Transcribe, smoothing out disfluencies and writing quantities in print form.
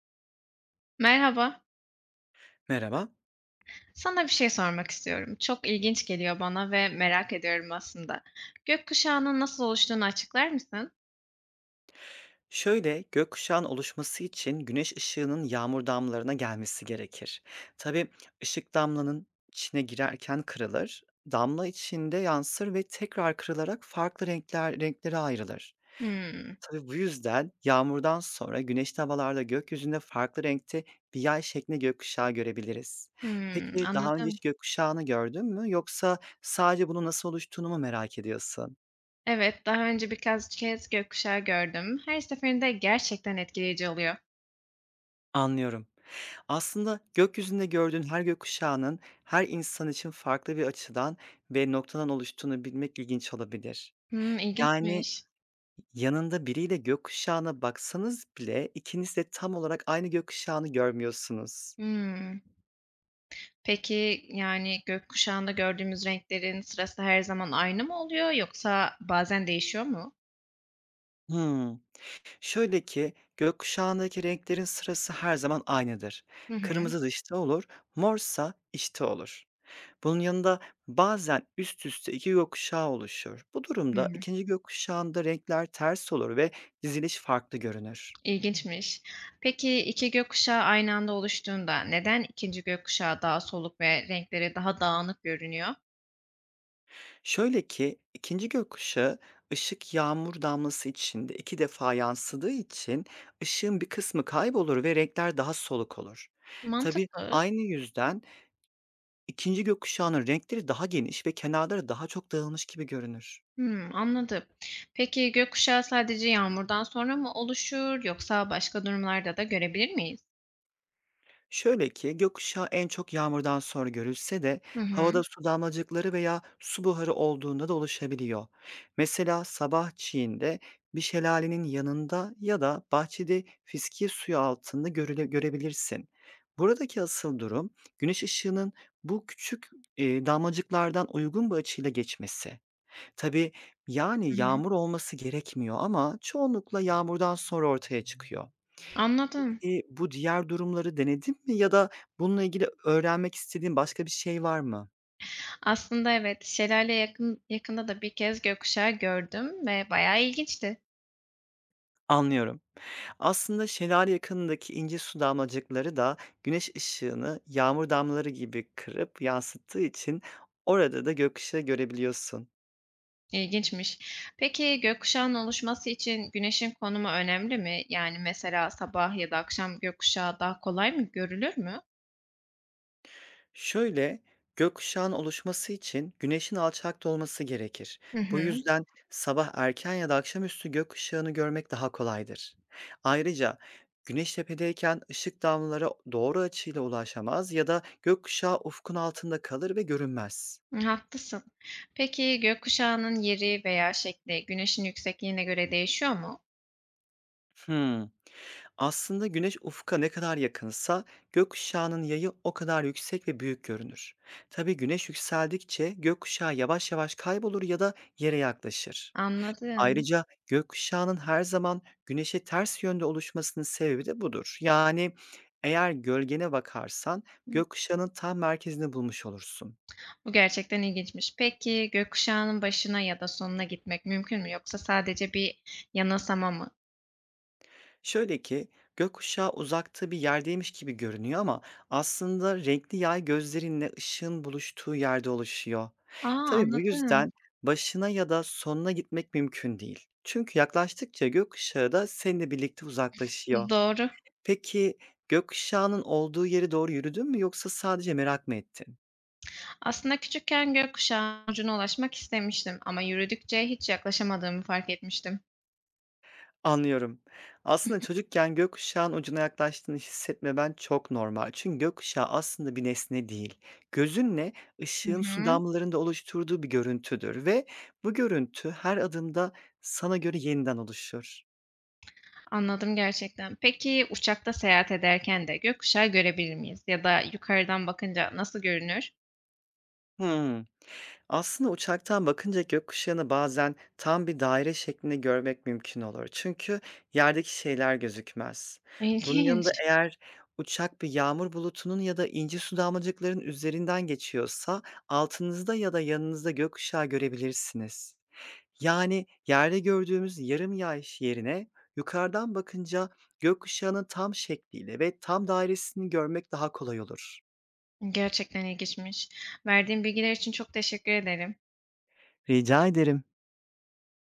Merhaba. Merhaba. Sana bir şey sormak istiyorum. Çok ilginç geliyor bana ve merak ediyorum aslında. Gökkuşağının nasıl oluştuğunu açıklar mısın? Şöyle gökkuşağın oluşması için güneş ışığının yağmur damlalarına gelmesi gerekir. Tabii ışık damlanın içine girerken kırılır, damla içinde yansır ve tekrar kırılarak farklı renklere ayrılır. Hımm. Tabii bu yüzden yağmurdan sonra güneşli havalarda gökyüzünde farklı renkte bir yay şeklinde gökkuşağı görebiliriz. Hımm, Peki daha önce anladım. hiç gökkuşağını gördün mü yoksa sadece bunun nasıl oluştuğunu mu merak ediyorsun? Evet, daha önce birkaç kez gökkuşağı gördüm. Her seferinde gerçekten etkileyici oluyor. Anlıyorum. Aslında gökyüzünde gördüğün her gökkuşağının her insan için farklı bir açıdan ve noktadan oluştuğunu bilmek ilginç olabilir. Hımm, Yani ilginçmiş. yanında biriyle gökkuşağına baksanız bile ikiniz de tam olarak aynı gökkuşağını görmüyorsunuz. Hımm. Peki, yani, gökkuşağında gördüğümüz renklerin sırası her zaman aynı mı oluyor yoksa bazen değişiyor mu? Hımm. Şöyle ki gökkuşağındaki renklerin sırası her zaman aynıdır. Hı hı. Kırmızı dışta olur, morsa içte olur. Bunun yanında bazen üst üste 2 gökkuşağı oluşur. Bu durumda Hıı. ikinci gökkuşağında renkler ters olur ve diziliş farklı görünür. İlginçmiş. Peki 2 gökkuşağı aynı anda oluştuğunda neden ikinci gökkuşağı daha soluk ve renkleri daha dağınık görünüyor? Şöyle ki ikinci gökkuşağı ışık yağmur damlası içinde 2 defa yansıdığı için ışığın bir kısmı kaybolur ve renkler daha soluk olur. Tabii Mantıklı. aynı yüzden ikinci gökkuşağının renkleri daha geniş ve kenarları daha çok dağılmış gibi görünür. Hımm, anladım. Peki gökkuşağı sadece yağmurdan sonra mı oluşur yoksa başka durumlarda da görebilir miyiz? Şöyle ki, gökkuşağı en çok yağmurdan sonra görülse de Hı havada hı. su damlacıkları veya su buharı olduğunda da oluşabiliyor. Mesela sabah çiğinde bir şelalenin yanında ya da bahçede fiskiye suyu altında görebilirsin. Buradaki asıl durum güneş ışığının bu küçük damlacıklardan uygun bir açıyla geçmesi. Tabii yani Hı hı. yağmur olması gerekmiyor ama çoğunlukla yağmurdan sonra ortaya çıkıyor. Anladım. Peki, bu diğer durumları denedin mi ya da bununla ilgili öğrenmek istediğin başka bir şey var mı? Aslında evet, şelale yakında da bir kez gökkuşağı gördüm ve bayağı ilginçti. Anlıyorum. Aslında şelale yakınındaki ince su damlacıkları da güneş ışığını yağmur damlaları gibi kırıp yansıttığı için orada da gökkuşağı görebiliyorsun. İlginçmiş. Peki gökkuşağının oluşması için güneşin konumu önemli mi? Yani mesela sabah ya da akşam gökkuşağı daha kolay görülür mü? Şöyle, gökkuşağın oluşması için güneşin alçakta olması gerekir. Hı Bu hı. yüzden sabah erken ya da akşamüstü gökkuşağını görmek daha kolaydır. Ayrıca güneş tepedeyken ışık damlaları doğru açıyla ulaşamaz ya da gökkuşağı ufkun altında kalır ve görünmez. Haklısın. Peki gökkuşağının yeri veya şekli güneşin yüksekliğine göre değişiyor mu? Hmm. Aslında güneş ufka ne kadar yakınsa gökkuşağının yayı o kadar yüksek ve büyük görünür. Tabii güneş yükseldikçe gökkuşağı yavaş yavaş kaybolur ya da yere yaklaşır. Anladım. Ayrıca gökkuşağının her zaman güneşe ters yönde oluşmasının sebebi de budur. Yani eğer gölgene bakarsan gökkuşağının tam merkezini bulmuş olursun. Bu gerçekten ilginçmiş. Peki gökkuşağının başına ya da sonuna gitmek mümkün mü? Yoksa sadece bir yanılsama mı? Şöyle ki gökkuşağı uzakta bir yerdeymiş gibi görünüyor ama aslında renkli yay gözlerinle ışığın buluştuğu yerde oluşuyor. Aa, Tabii bu yüzden anladım. başına ya da sonuna gitmek mümkün değil. Çünkü yaklaştıkça gökkuşağı da seninle birlikte uzaklaşıyor. Doğru. Peki, gökkuşağının olduğu yere doğru yürüdün mü yoksa sadece merak mı ettin? Aslında küçükken gökkuşağının ucuna ulaşmak istemiştim ama yürüdükçe hiç yaklaşamadığımı fark etmiştim. Anlıyorum. Aslında çocukken gökkuşağının ucuna yaklaştığını hissetmemen çok normal. Çünkü gökkuşağı aslında bir nesne değil. Gözünle Hı ışığın su hı, damlalarında oluşturduğu bir görüntüdür ve bu görüntü her adımda sana göre yeniden oluşur. anladım gerçekten. Peki uçakta seyahat ederken de gökkuşağı görebilir miyiz? Ya da yukarıdan bakınca nasıl görünür? Hımm. Aslında uçaktan bakınca gökkuşağını bazen tam bir daire şeklinde görmek mümkün olur. Çünkü yerdeki şeyler gözükmez. Bunun yanında İlginç. eğer uçak bir yağmur bulutunun ya da ince su damlacıkların üzerinden geçiyorsa altınızda ya da yanınızda gökkuşağı görebilirsiniz. Yani yerde gördüğümüz yarım yağış yerine yukarıdan bakınca gökkuşağının tam şekliyle ve tam dairesini görmek daha kolay olur. Gerçekten ilginçmiş. Verdiğin bilgiler için çok teşekkür ederim. Rica ederim.